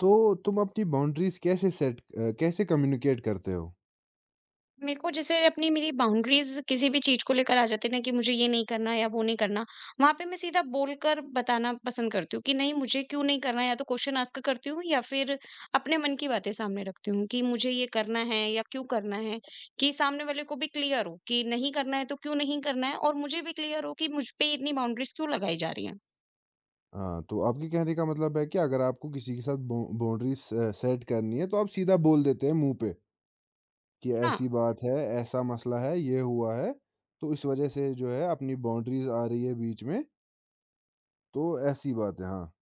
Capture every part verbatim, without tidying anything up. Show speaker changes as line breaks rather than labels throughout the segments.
तो तुम अपनी बाउंड्रीज़ कैसे सेट अ, कैसे कम्युनिकेट करते हो?
मेरे को जैसे अपनी मेरी बाउंड्रीज़ किसी भी चीज़ को लेकर आ जाती है ना कि मुझे ये नहीं करना या वो नहीं करना, वहाँ पे मैं सीधा बोलकर बताना पसंद करती हूँ कि नहीं, मुझे क्यों नहीं करना है, या तो क्वेश्चन आस्क करती हूँ या फिर अपने मन की बातें सामने रखती हूँ कि मुझे ये करना है या क्यों करना है, कि सामने वाले को भी क्लियर हो कि नहीं करना है तो क्यों नहीं करना है और मुझे भी क्लियर हो कि मुझ पे इतनी बाउंड्रीज़ क्यों लगाई जा रही हैं।
हाँ, तो आपके कहने का मतलब है कि अगर आपको किसी के साथ बाउ बाउंड्रीज़ अ, सेट करनी है, तो आप सीधा बोल देते हैं मुँह पे कि
हाँ,
ऐसी बात है, ऐसा मसला है, ये हुआ है, तो इस वज़ह से जो है अपनी बाउंड्रीज़ आ रही है बीच में, तो ऐसी बात है। हाँ।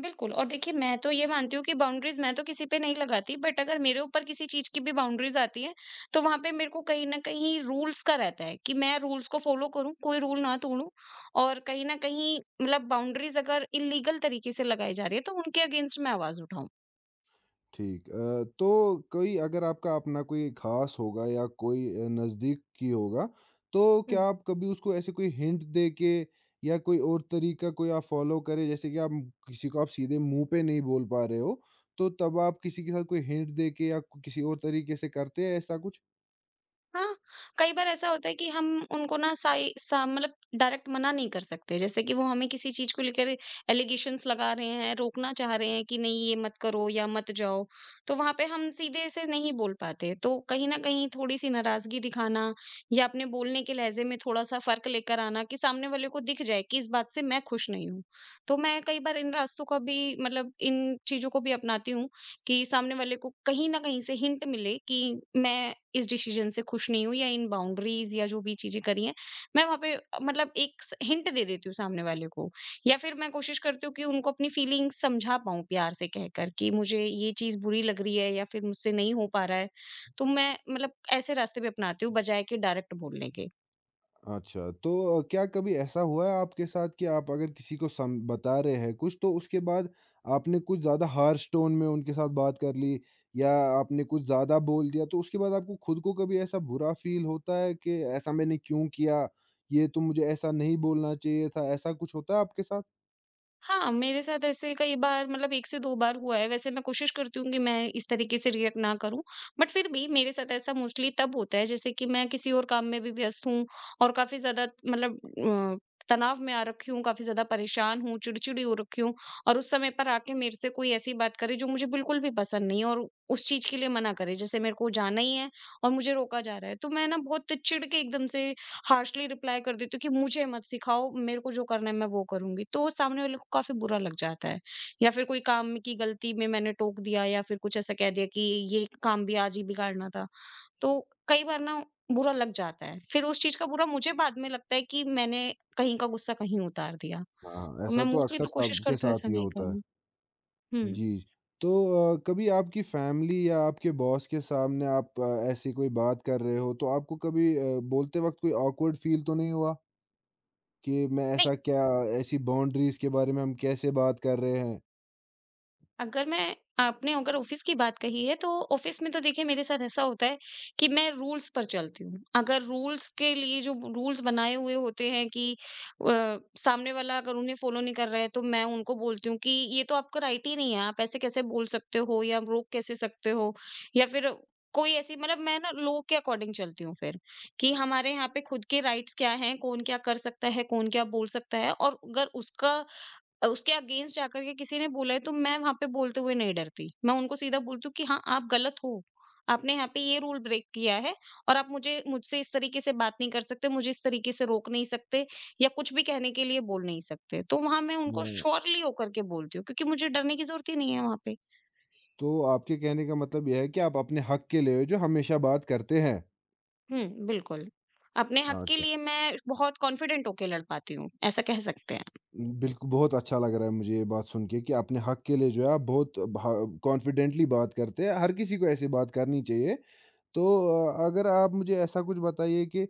बिल्कुल। और देखिए, मैं तो ये मानती हूँ कि बाउंड्रीज मैं तो किसी पे नहीं लगाती, बट अगर मेरे ऊपर किसी चीज की भी बाउंड्रीज आती है तो वहां पे मेरे को कहीं ना कहीं रूल्स का रहता है कि मैं रूल्स को फॉलो करूँ, कोई रूल ना तोड़ूं। और कहीं ना कहीं मतलब बाउंड्रीज अगर इलीगल तरीके से लगाई जा रही है तो उनके अगेंस्ट मैं आवाज उठाऊं।
ठीक, अ, तो कोई अगर आपका अपना कोई खास होगा या कोई अ, नज़दीक की होगा, तो क्या आप कभी उसको ऐसे कोई हिंट दे के या कोई और तरीका कोई आप फ़ॉलो करें, जैसे कि आप किसी को आप सीधे मुँह पे नहीं बोल पा रहे हो, तो तब आप किसी के साथ कोई हिंट दे के या किसी और तरीके से करते हैं ऐसा कुछ?
हाँ, कई बार ऐसा होता है कि हम उनको ना, साइ सा मतलब डायरेक्ट मना नहीं कर सकते। जैसे कि वो हमें किसी चीज़ को लेकर एलिगेशंस लगा रहे हैं, रोकना चाह रहे हैं कि नहीं, ये मत करो या मत जाओ। तो वहाँ पे हम सीधे से नहीं बोल पाते। तो कहीं न कहीं थोड़ी-सी नाराज़गी दिखाना या अपने बोलने के लहज़े में थोड़ा-सा फ़र्क लेकर आना, कि सामने वाले को दिख जाए कि इस बात से मैं खुश नहीं हूँ। तो मैं कई बार इन रास्तों का भी मतलब इन चीज़ों को भी अपनाती हूँ कि सामने वाले को कहीं न कहीं से हिंट मिले कि मैं इस डिसीज़न से खुश नहीं हूँ या इन बाउंड्रीज़ या जो भी चीज़ें करी हैं, मैं वहाँ पे अ, मतलब एक स हिंट दे देती हूँ सामने वाले को। या फिर मैं कोशिश करती हूँ कि उनको अपनी फीलिंग्स समझा पाऊँ, प्यार से कहकर कि मुझे ये चीज़ बुरी लग रही है या फिर मुझसे नहीं हो पा रहा है। तो मैं मतलब ऐसे रास्ते भी अपनाती हूँ बजाए कि डायरेक्ट बोलने के।
अच्छा, तो अ, क्या कभी ऐसा हुआ है आपके साथ कि आप अगर किसी को सम बता रहे हैं कुछ, तो उसके बाद आपने कुछ ज़्यादा हार्श टोन में उनके साथ बात कर ली, या आपने कुछ ज़्यादा बोल दिया, तो उसके बाद आपको खुद को कभी ऐसा बुरा फ़ील होता है कि ऐसा मैंने क्यों किया? ये तो मुझे ऐसा नहीं बोलना चाहिए था, ऐसा कुछ होता है आपके साथ?
हाँ, मेरे साथ ऐसे कई बार मतलब एक से दो बार हुआ है। वैसे मैं कोशिश करती हूँ कि मैं इस तरीके से रिएक्ट ना करूँ। बट फिर भी मेरे साथ ऐसा मोस्टली तब होता है जैसे कि मैं किसी और काम में भी व्यस्त हूँ और काफ़ी ज़्यादा मतलब अ, तनाव में आ रखी हूँ, काफ़ी ज़्यादा परेशान हूँ, चिड़चिड़ी हो रखी हूँ और उस समय पर आके मेरे से कोई ऐसी बात करे जो मुझे बिल्कुल भी पसंद नहीं है और उस चीज़ के लिए मना करे। जैसे मेरे को जाना ही है और मुझे रोका जा रहा है, तो मैं ना बहुत चिढ़ के एकदम से हार्शली रिप्लाई कर देती हूँ कि मुझे मत सिखाओ, मेरे को जो करना है मैं वो करूँगी। तो सामने वाले को काफ़ी बुरा लग जाता है। या फिर कोई काम की गलती में मैंने टोक दिया या फिर कुछ ऐसा कह दिया कि ये काम भी आज ही बिगाड़ना था। तो कई बार ना बुरा लग जाता है। फिर उस चीज़ का बुरा मुझे बाद में लगता है कि मैंने कहीं का गुस्सा कहीं उतार दिया।
हाँ,
तो मैं
ऐसा तो
मोस्टली
अक्सर
तो कोशिश
सबके
करती हूँ
साथ
ऐसा
ही
नहीं
होता है।
करूँ। हुँ।
जी। तो अ, कभी आपकी फैमिली या आपके बॉस के सामने आप अ, ऐसी कोई बात कर रहे हो, तो आपको कभी अ, बोलते वक़्त कोई ऑकवर्ड फ़ील तो नहीं हुआ? कि मैं
नहीं।
ऐसा क्या, ऐसी बाउंड्रीज़ के बारे में हम कैसे बात कर रहे हैं?
अगर मैं आपने अगर ऑफ़िस की बात कही है, तो ऑफ़िस में तो देखिए, मेरे साथ ऐसा होता है कि मैं रूल्स पर चलती हूँ। अगर रूल्स के लिए जो रूल्स बनाए हुए होते हैं कि अ, सामने वाला अगर उन्हें फ़ॉलो नहीं कर रहा है, तो मैं उनको बोलती हूँ कि ये तो आपका राइट ही नहीं है, आप ऐसे कैसे बोल सकते हो या रोक कैसे सकते हो? या फिर कोई ऐसी मतलब, मैं ना लोगों के अकॉर्डिंग चलती हूँ फिर, कि हमारे यहाँ पे खुद के राइट्स क्या हैं, कौन क्या कर सकता है, कौन क्या बोल सकता है और अगर उसका अ, उसके अगेंस्ट जाकर के किसी ने बोला है तो मैं वहाँ पे बोलते हुए नहीं डरती। मैं उनको सीधा बोलती हूँ कि हाँ, आप गलत हो। आपने यहाँ पे ये रूल ब्रेक किया है और आप मुझे मुझसे इस तरीके से बात नहीं कर सकते, मुझे इस तरीके से रोक नहीं सकते या कुछ भी कहने के लिए बोल नहीं सकते। तो वहाँ मैं उनको
हाँ।
श्योरली होकर के बोलती हूँ, क्योंकि मुझे डरने की ज़रूरत ही नहीं है वहाँ पे।
तो आपके कहने का मतलब ये है कि आप अपने हक के लिए जो हमेशा बात करते हैं।
हुँ, बिल्कुल। अपने हक के
अच्छा।
लिए मैं बहुत कॉन्फिडेंट होके लड़ पाती हूँ, ऐसा कह सकते हैं।
बिल्कुल, बहुत अच्छा लग रहा है मुझे ये बात सुन के कि अपने हक के लिए जो है आप बहुत भा कॉन्फिडेंटली बात करते हैं। हर किसी को ऐसी बात करनी चाहिए। तो अ, अगर आप मुझे ऐसा कुछ बताइए कि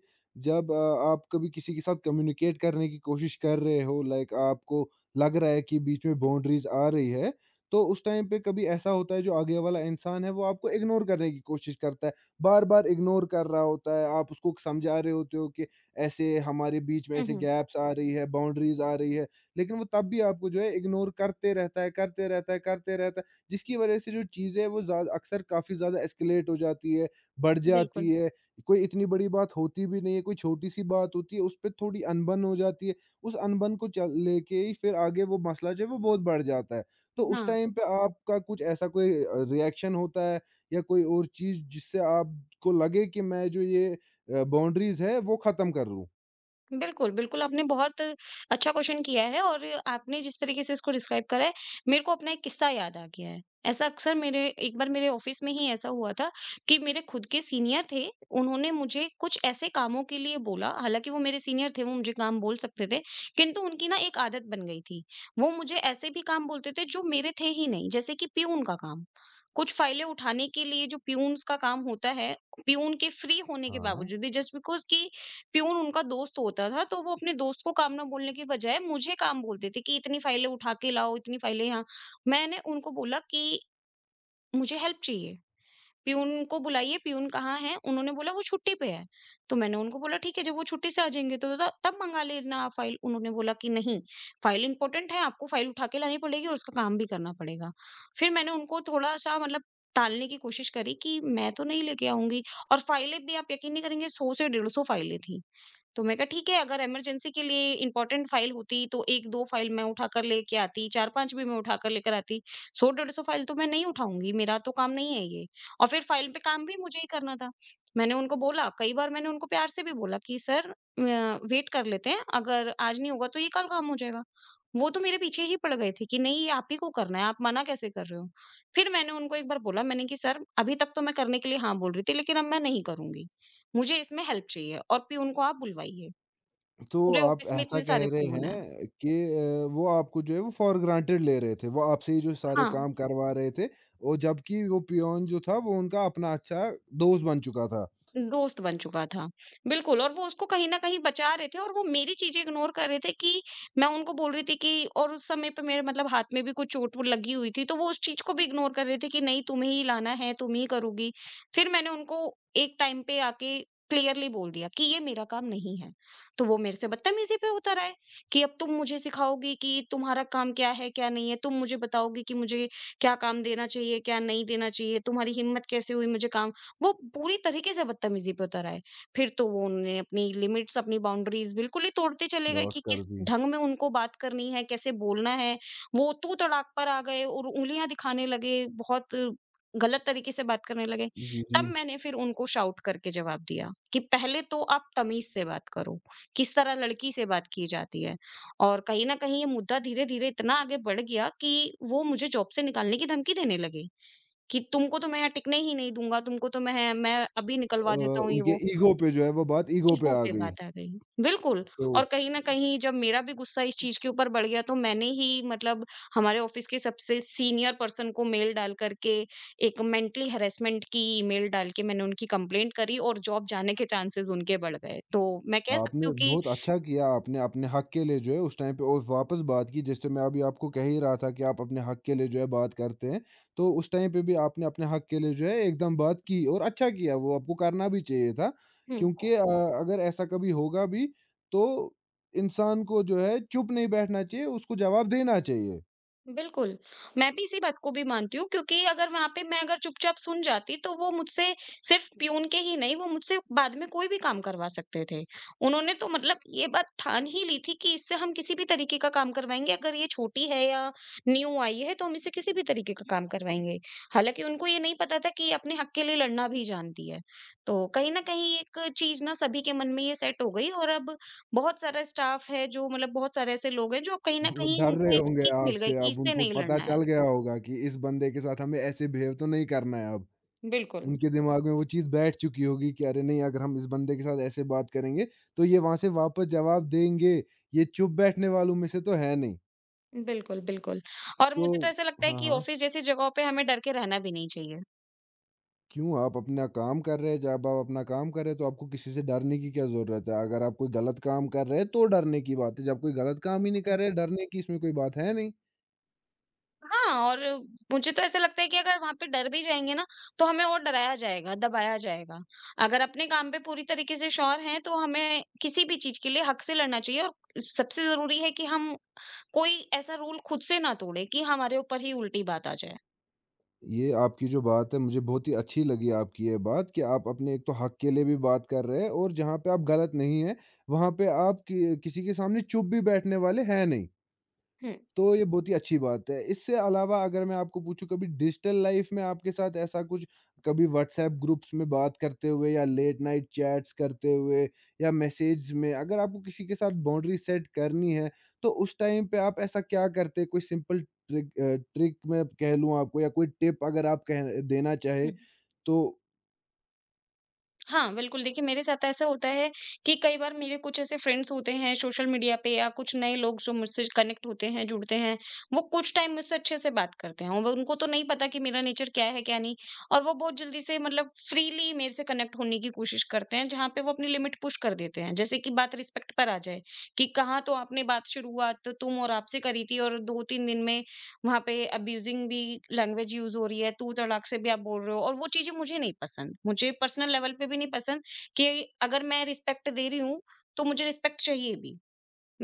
जब अ, आप कभी किसी के साथ कम्युनिकेट करने की कोशिश कर रहे हो, लाइक आपको लग रहा है कि बीच में बाउंड्रीज आ रही है, तो उस टाइम पे कभी ऐसा होता है जो आगे वाला इंसान है वो आपको इग्नोर करने की कोशिश करता है, बार बार इग्नोर कर रहा होता है, आप उसको समझा रहे होते हो कि ऐसे हमारे बीच में
हुँ,
ऐसे
हुँ।
गैप्स आ रही है, बाउंड्रीज आ रही है, लेकिन वो तब भी आपको जो है इग्नोर करते रहता है, करते रहता है, करते रहता है, जिसकी वजह से जो चीज़ है वो ज्यादा अक्सर काफ़ी ज़्यादा एस्केलेट हो जाती है, बढ़ जाती
बिल्कुल।
है। कोई इतनी बड़ी बात होती भी नहीं है, कोई छोटी-सी बात होती है, उसपे थोड़ी अनबन हो जाती है। उस अनबन को चल लेके ही फिर आगे वो मसला जो है वो बहुत बढ़ जाता है। तो उस
हाँ।
टाइम पे आपका कुछ ऐसा कोई अ, रिएक्शन होता है या कोई और चीज़ जिससे आपको लगे कि मैं जो ये अ, बाउंड्रीज़ है वो ख़त्म कर लूँ?
बिल्कुल, बिल्कुल, आपने बहुत अच्छा क्वेश्चन किया है और आपने जिस तरीके से इसको डिस्क्राइब करा है, मेरे को अपना एक किस्सा याद आ गया है। ऐसा अक्सर मेरे एक बार मेरे ऑफ़िस में ही ऐसा हुआ था कि मेरे खुद के सीनियर थे, उन्होंने मुझे कुछ ऐसे कामों के लिए बोला। हालाँकि वो मेरे सीनियर थे, वो मुझे काम बोल सकते थे, किंतु उनकी ना एक आदत बन गई थी। वो मुझे ऐसे भी काम बोलते थे जो मेरे थे ही नहीं, जैसे कि प्यून का काम। कुछ फाइलें उठाने के लिए जो प्यून्स का काम होता है, प्यून के फ्री होने के
हाँ।
बावजूद भी, जस्ट बिकॉज़ कि प्यून उनका दोस्त होता था, तो वो अपने दोस्त को काम ना बोलने की बजाय मुझे काम बोलते थे कि इतनी फाइलें उठा के लाओ, इतनी फाइलें यहाँ। मैंने उनको बोला कि मुझे हेल्प चाहिए, प्यून को बुलाइए, प्यून कहाँ है? उन्होंने बोला वो छुट्टी पे है। तो मैंने उनको बोला ठीक है, जब वो छुट्टी से आ जाएँगे तो त तब मँगा लेना आप फाइल। उन्होंने बोला कि नहीं, फाइल इम्पोर्टेंट है, आपको फाइल उठा के लानी पड़ेगी और उसका काम भी करना पड़ेगा। फिर मैंने उनको थोड़ा-सा मतलब टालने की कोशिश करी कि मैं तो नहीं लेके आऊँगी। और फाइलें भी, आप यकीन नहीं करेंगे, सौ से डेढ़ सौ फाइलें थी। तो मैं कहा ठीक है, अगर इमरजेंसी के लिए इम्पोर्टेंट फाइल होती तो एक दो फाइल मैं उठा कर लेके आती, चार पाँच भी मैं उठा कर लेकर आती। सौ डेढ़ सौ फाइल तो मैं नहीं उठाऊँगी, मेरा तो काम नहीं है ये। और फिर फाइल पे काम भी मुझे ही करना था। मैंने उनको बोला, कई बार मैंने उनको प्यार से भी बोला कि सर अ, वेट कर लेते हैं, अगर आज नहीं होगा तो ये कल काम हो जाएगा। वो तो मेरे पीछे ही पड़ गए थे कि नहीं, ये आप ही को करना है, आप मना कैसे कर रहे हो? फिर मैंने उनको एक बार बोला, मैंने कि सर, अभी तक तो मैं करने के लिए हाँ बोल रही थी, लेकिन अब मैं नहीं करूँगी। मुझे इसमें हेल्प चाहिए और पियून को आप बुलवाइए।
तो
पूरे
आप
ऑफिस में
ऐसा
इतने
कह
सारे
रहे
पियून हैं।
हैं कि अ, वो आपको जो है वो फॉर ग्रांटेड ले रहे थे। वो आपसे ही जो सारे
हाँ।
काम करवा रहे थे, और जबकि वो पियोन जो था वो उनका अपना अच्छा दोस्त बन चुका था।
दोस्त बन चुका था। बिल्कुल। और वो उसको कहीं न कहीं बचा रहे थे और वो मेरी चीज़ें इग्नोर कर रहे थे कि मैं उनको बोल रही थी कि, और उस समय पे मेरे मतलब हाथ में भी कुछ चोट वो लगी हुई थी, तो वो उस चीज़ को भी इग्नोर कर रहे थे कि नहीं, तुम्हें ही लाना है, तुम ही करोगी। फिर मैंने उनको एक टाइम पे आके क्लियरली बोल दिया कि ये मेरा काम नहीं है। तो वो मेरे से बदतमीज़ी पे उतर आए कि अब तुम मुझे सिखाओगी कि तुम्हारा काम क्या है, क्या नहीं है? तुम मुझे बताओगी कि मुझे क्या काम देना चाहिए, क्या नहीं देना चाहिए? तुम्हारी हिम्मत कैसे हुई मुझे काम? वो पूरी तरीके से बदतमीजी पे उतर आए। फिर तो वो, उन्होंने अपनी लिमिट्स, अपनी बाउंड्रीज़ बिल्कुल ही तोड़ते चले गए
क्रॉस
कि
कर
किस
दी।
ढंग में उनको बात करनी है, कैसे बोलना है। वो तू तड़ाक पर आ गए और उँगलियाँ दिखाने लगे, बहुत गलत तरीके से बात करने लगे।
जी,
तब
जी।
मैंने फिर उनको शाउट करके जवाब दिया कि पहले तो आप तमीज़ से बात करो, किस तरह लड़की से बात की जाती है। और कहीं न कहीं ये मुद्दा धीरे-धीरे इतना आगे बढ़ गया कि वो मुझे जॉब से निकालने की धमकी देने लगे। कि तुमको तो मैं यहाँ टिकने ही नहीं दूँगा, तुमको तो मैं मैं अभी
अ,
निकलवा देता हूँ, ये
उनके
वो।
ईगो पे जो है वो बात ईगो पे
ईगो
आ
पे
गई।
बात आ गई। बिल्कुल।
तो
और कहीं न कहीं जब मेरा भी गुस्सा इस चीज़ के ऊपर बढ़ गया तो मैंने ही मतलब हमारे ऑफ़िस के सबसे सीनियर पर्सन को मेल डाल कर के, एक मेंटली हैरेसमेंट की ईमेल डाल के मैंने उनकी कंप्लेंट करी और जॉब जाने के चांसेस उनके बढ़ गए। तो मैं कह सकती
आपने
हूँ कि
बहुत अच्छा किया, आपने अपने हक के लिए जो है उस टाइम पे और वापस बात की, जैसे मैं अभी आपको कह ही रहा था कि आप अपने हक के लिए जो है बात करते हैं। तो उस टाइम पे भी आपने अपने हक के लिए जो है एकदम बात की, और अच्छा किया, वो आपको करना भी चाहिए था।
हुँ।
क्योंकि अ, अगर ऐसा कभी होगा भी, तो इंसान को जो है चुप नहीं बैठना चाहिए, उसको जवाब देना चाहिए।
बिल्कुल, मैं भी इसी बात को भी मानती हूँ, क्योंकि अगर वहाँ पे मैं अगर चुपचाप सुन जाती तो वो मुझसे सिर्फ़ पियून के ही नहीं, वो मुझसे बाद में कोई भी काम करवा सकते थे। उन्होंने तो मतलब ये बात ठान ही ली थी कि इससे हम किसी भी तरीके का काम करवाएँगे, अगर ये छोटी है या न्यू आई है तो हम इससे किसी भी तरीके का काम करवाएँगे। हालाँकि उनको ये नहीं पता था कि ये अपने हक के लिए लड़ना भी जानती है। तो कहीं न कहीं एक चीज़ ना सभी के मन में ये सेट हो गई। और अब बहुत सारा स्टाफ है जो मतलब बहुत सारे ऐसे लोग हैं जो कहीं न
वो
कहीं
डर रहे
उनको एक
होंगे
सीख मिल गई
आपसे,
कि
अब
इससे
उनको
नहीं
पता
लड़ना है।
चल गया होगा कि इस बंदे के साथ हमें ऐसे बिहेव तो नहीं करना है अब।
बिल्कुल।
उनके दिमाग में वो चीज़ बैठ चुकी होगी कि अरे नहीं, अगर हम इस बंदे के साथ ऐसे बात करेंगे, तो ये वहाँ से वापस जवाब देंगे, ये चुप बैठने वालों में से तो है नहीं।
बिल्कुल, बिल्कुल और
तो
मुझे तो ऐसा लगता है
हाँ,
कि
हाँ।
ऑफ़िस जैसी जगहों पे हमें डर के रहना भी नहीं चाहिए।
क्यों, आप अपना काम कर रहे हैं, जब आप अपना काम कर रहे हैं तो आपको किसी से डरने की क्या ज़रूरत है? अगर आप कोई गलत काम कर रहे हैं तो डरने की बात है, जब कोई गलत काम ही नहीं
बिल्कुल।
कर रहे, डरने की इसमें कोई बात है नहीं।
हाँ, और मुझे तो ऐसा लगता है कि अगर वहाँ पे डर भी जाएँगे ना, तो हमें और डराया जाएगा, दबाया जाएगा। अगर अपने काम पे पूरी तरीके से श्योर हैं, तो हमें किसी भी चीज़ के लिए हक से लड़ना चाहिए। और सबसे ज़रूरी है कि हम कोई ऐसा रूल खुद से ना तोड़ें कि हमारे ऊपर ही उल्टी बात आ जाए।
ये आपकी जो बात है मुझे बहुत ही अच्छी लगी, आपकी ये बात कि आप अपने एक तो हक के लिए भी बात कर रहे हैं, और जहाँ पे आप गलत नहीं हैं, वहाँ पे आप कि किसी के सामने चुप भी बैठने वाले हैं नहीं।
हुँ।
तो ये बहुत ही अच्छी बात है। इससे अलावा अगर मैं आपको पूछूँ, कभी डिजिटल लाइफ़ में आपके साथ ऐसा कुछ, कभी व्हाट्सऐप ग्रुप्स में बात करते हुए या लेट नाइट चैट्स करते हुए, या मैसेज में अगर आपको किसी के साथ बाउंड्री सेट करनी है, तो उस टाइम पे आप ऐसा क्या करते? कोई सिंपल ट्रिक अ, ट्रिक मैं कह लूँ आपको, या कोई टिप अगर आप कह देना चाहें,
हुँ।
तो
हाँ, बिल्कुल। देखिए, मेरे साथ ऐसा होता है कि कई बार मेरे कुछ ऐसे फ्रेंड्स होते हैं सोशल मीडिया पे, या कुछ नए लोग जो मुझसे कनेक्ट होते हैं, जुड़ते हैं, वो कुछ टाइम मुझसे अच्छे से बात करते हैं। वो उनको तो नहीं पता कि मेरा नेचर क्या है, क्या नहीं। और वो बहुत जल्दी से मतलब फ्रीली मेरे से कनेक्ट होने की कोशिश करते हैं, जहाँ पे वो अपनी लिमिट पुश कर देते हैं। जैसे कि बात रिस्पेक्ट पर आ जाए कि कहाँ तो आपने बात शुरुआत तो तुम और आपसे करी थी, और दो तीन दिन में वहाँ पे अब्यूजिंग भी लैंग्वेज यूज़ हो रही है, तू तड़ाक से भी आप बोल रहे हो, और वो चीज़ें मुझे नहीं पसंद। मुझे पर्सनल लेवल पे भी नहीं पसंद कि अगर मैं रिस्पेक्ट दे रही हूँ, तो मुझे रिस्पेक्ट चाहिए भी।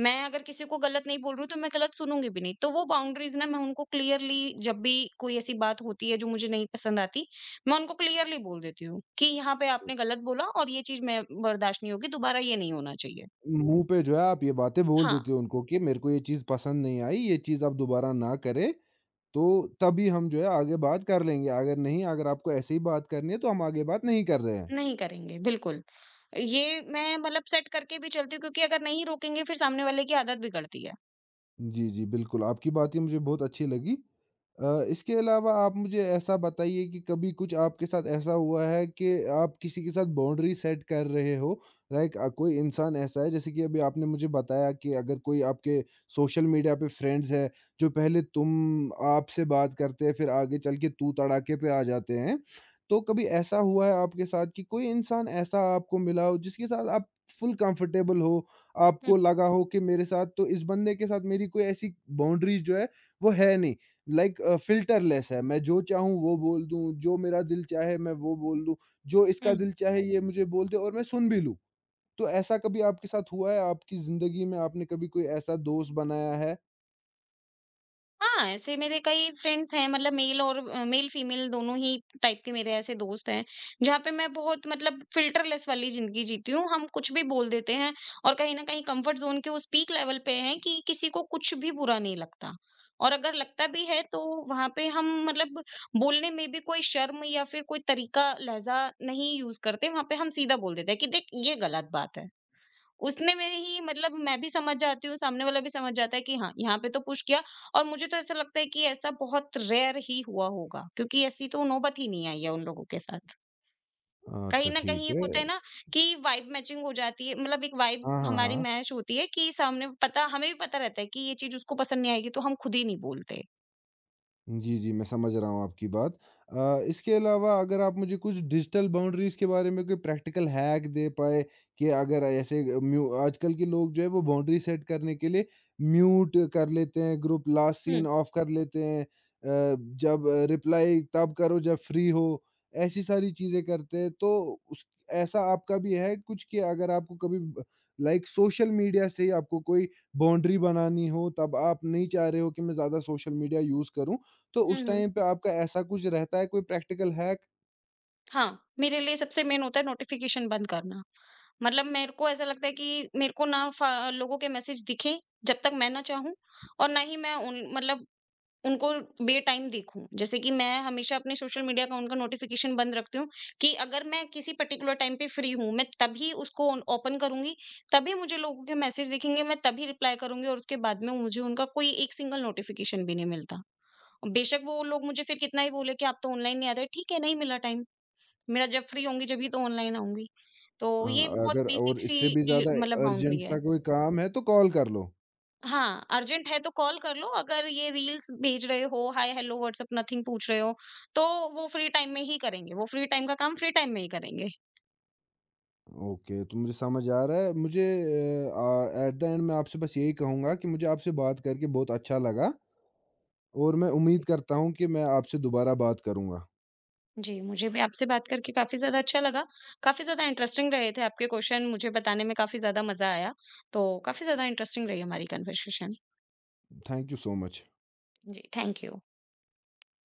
मैं अगर किसी को गलत नहीं बोल रही हूँ, तो मैं गलत सुनूँगी भी नहीं। तो वो बाउंड्रीज़ ना, मैं उनको क्लियरली जब भी कोई ऐसी बात होती है जो मुझे नहीं पसंद आती, मैं उनको क्लियरली बोल देती हूँ कि यहाँ पे आपने गलत बोला और ये चीज़ मैं बर्दाश्त नहीं होगी, दोबारा ये नहीं होना चाहिए।
मुँह पे जो है आप ये बातें बोल
हाँ।
देते हो उनको कि मेरे को ये चीज़ पसंद नहीं आई, ये चीज़ आप दोबारा ना करें। तो तभी हम जो है आगे बात कर लेंगे, अगर नहीं, अगर आपको ऐसे ही बात करनी है तो हम आगे बात नहीं कर रहे हैं।
नहीं करेंगे, बिल्कुल। ये मैं मतलब सेट करके भी चलती हूँ, क्योंकि अगर नहीं रोकेंगे फिर सामने वाले की आदत बिगड़ती है।
जी, जी, बिल्कुल, आपकी बातें मुझे बहुत अच्छी लगी। अ, इसके अलावा आप मुझे ऐसा बताइए कि कभी कुछ आपके साथ ऐसा हुआ है कि आप किसी के साथ बाउंड्री सेट कर रहे हो, लाइक अ, कोई इंसान ऐसा है, जैसे कि अभी आपने मुझे बताया कि अगर कोई आपके सोशल मीडिया पे फ्रेंड्स हैं, जो पहले तुम आपसे बात करते हैं, फिर आगे चल के तू तड़ाके पे आ जाते हैं। तो कभी ऐसा हुआ है आपके साथ कि कोई इंसान ऐसा आपको मिला हो जिसके साथ आप फुल कंफर्टेबल हो,
हुँ,
आपको लगा हो कि मेरे साथ, तो इस बंदे के साथ मेरी कोई ऐसी बाउंड्रीज़ जो है वो है नहीं। लाइक अ, फ़िल्टरलेस है, मैं जो चाहूँ वो बोल दूँ, जो मेरा दिल चाहे मैं वो बोल दूँ, जो इसका
हुँ।
दिल चाहे ये मुझे बोल दे और मैं सुन भी लूँ। तो ऐसा कभी आपके साथ हुआ है? आपकी ज़िंदगी में आपने कभी कोई ऐसा दोस्त बनाया है?
हाँ, ऐसे मेरे कई फ्रेंड्स हैं, मतलब मेल और अ, मेल फीमेल दोनों ही टाइप के मेरे ऐसे दोस्त हैं, जहाँ पे मैं बहुत मतलब फ़िल्टरलेस वाली ज़िंदगी जीती हूँ। हम कुछ भी बोल देते हैं और कहीं न कहीं कम्फ़र्ट ज़ोन के उस पीक लेवल पे हैं कि किसी को कुछ भी बुरा नहीं लगता। और अगर लगता भी है तो वहाँ पे हम मतलब बोलने में भी कोई शर्म या फिर कोई तरीका, लहज़ा नहीं यूज़ करते। वहाँ पे हम सीधा बोल देते हैं कि देख ये गलत बात है। उसने में ही मतलब मैं भी समझ जाती हूँ, सामने वाला भी समझ जाता है कि हाँ, यहाँ पे तो पुश किया। और मुझे तो ऐसा लगता है कि ऐसा बहुत रेयर ही हुआ होगा, क्योंकि ऐसी तो नौबत ही नहीं आई है उन लोगों के साथ। कहीं
अच्छा,
न कहीं
ठीक
एक
है।
होता है ना कि वाइब मैचिंग हो जाती है, मतलब एक वाइब
हाँ, हाँ,
हमारी
हाँ।
मैच होती है कि सामने पता हमें भी पता रहता है कि ये चीज़ उसको पसंद नहीं आएगी, तो हम खुद ही नहीं बोलते।
जी, जी, मैं समझ रहा हूँ आपकी बात। अ, इसके अलावा अगर आप मुझे कुछ डिजिटल बाउंड्रीज़ के बारे में कोई प्रैक्टिकल हैक दे पाएँ, कि अगर ऐसे म्यू आजकल के लोग जो है वो बाउंड्री सेट करने के लिए म्यूट कर लेते हैं, ग्रुप लास्ट
हुँ।
सीन ऑफ कर लेते हैं। अ, जब रिप्लाई तब करो जब फ्री हो, ऐसी सारी चीज़ें करते हैं। तो उस, ऐसा आपका भी है कुछ कि अगर आपको कभी ब लाइक सोशल मीडिया से ही आपको कोई बाउंड्री बनानी हो, तब आप नहीं चाह रहे हो कि मैं ज़्यादा सोशल मीडिया यूज़ करूँ। तो
हुँ,
उस
हुँ।
टाइम पे आपका ऐसा कुछ रहता है कोई प्रैक्टिकल हैक?
हाँ, मेरे लिए सबसे मेन होता है नोटिफ़िकेशन बंद करना। मतलब मेरे को ऐसा लगता है कि मेरे को ना फ लोगों के मैसेज दिखें जब तक मैं ना चाहूँ, और ना ही मैं उन मतलब उनको बेटाइम देखूँ। जैसे कि मैं हमेशा अपने सोशल मीडिया अकाउंट का नोटिफ़िकेशन बंद रखती हूँ कि अगर मैं किसी पर्टिकुलर टाइम पे फ्री हूँ, मैं तभी उसको ओन ओपन करूँगी, तभी मुझे लोगों के मैसेज दिखेंगे, मैं तभी रिप्लाई करूँगी, और उसके बाद में मुझे उनका कोई एक सिंगल नोटिफ़िकेशन भी नहीं मिलता। बेशक वो लोग मुझे फिर कितना ही बोले कि आप तो ऑनलाइन नहीं आते, ठीक है, नहीं मिला टाइम। मेरा जब फ्री होंगी जब ही तो ऑनलाइन आऊँगी। तो
अ,
ये बहुत
अगर
बेसिक
और
सी
इससे भी
ये
ज़्यादा
मतलब बाउंड्री
अर्जेंट
है।
सा कोई काम है तो कॉल कर लो।
हाँ, अर्जेंट है तो कॉल कर लो, अगर ये रील्स भेज रहे हो, हाय, हेलो, व्हाट्सएप, नथिंग पूछ रहे हो, तो वो फ्री टाइम में ही करेंगे, वो फ्री टाइम का काम फ्री टाइम में ही करेंगे।
ओके, तो मुझे समझ आ रहा है। मुझे अ, एट द एंड मैं आपसे बस यही कहूँगा कि मुझे आपसे बात करके बहुत अच्छा लगा, और मैं उम्मीद करता हूँ कि मैं आपसे दोबारा बात करूँगा।
जी, मुझे भी आपसे बात करके काफ़ी ज़्यादा अच्छा लगा, काफ़ी ज़्यादा इंटरेस्टिंग रहे थे आपके क्वेश्चन, मुझे बताने में काफ़ी ज़्यादा मज़ा आया। तो काफ़ी ज़्यादा इंटरेस्टिंग रही हमारी conversation.
Thank you so much.
जी, थैंक यू।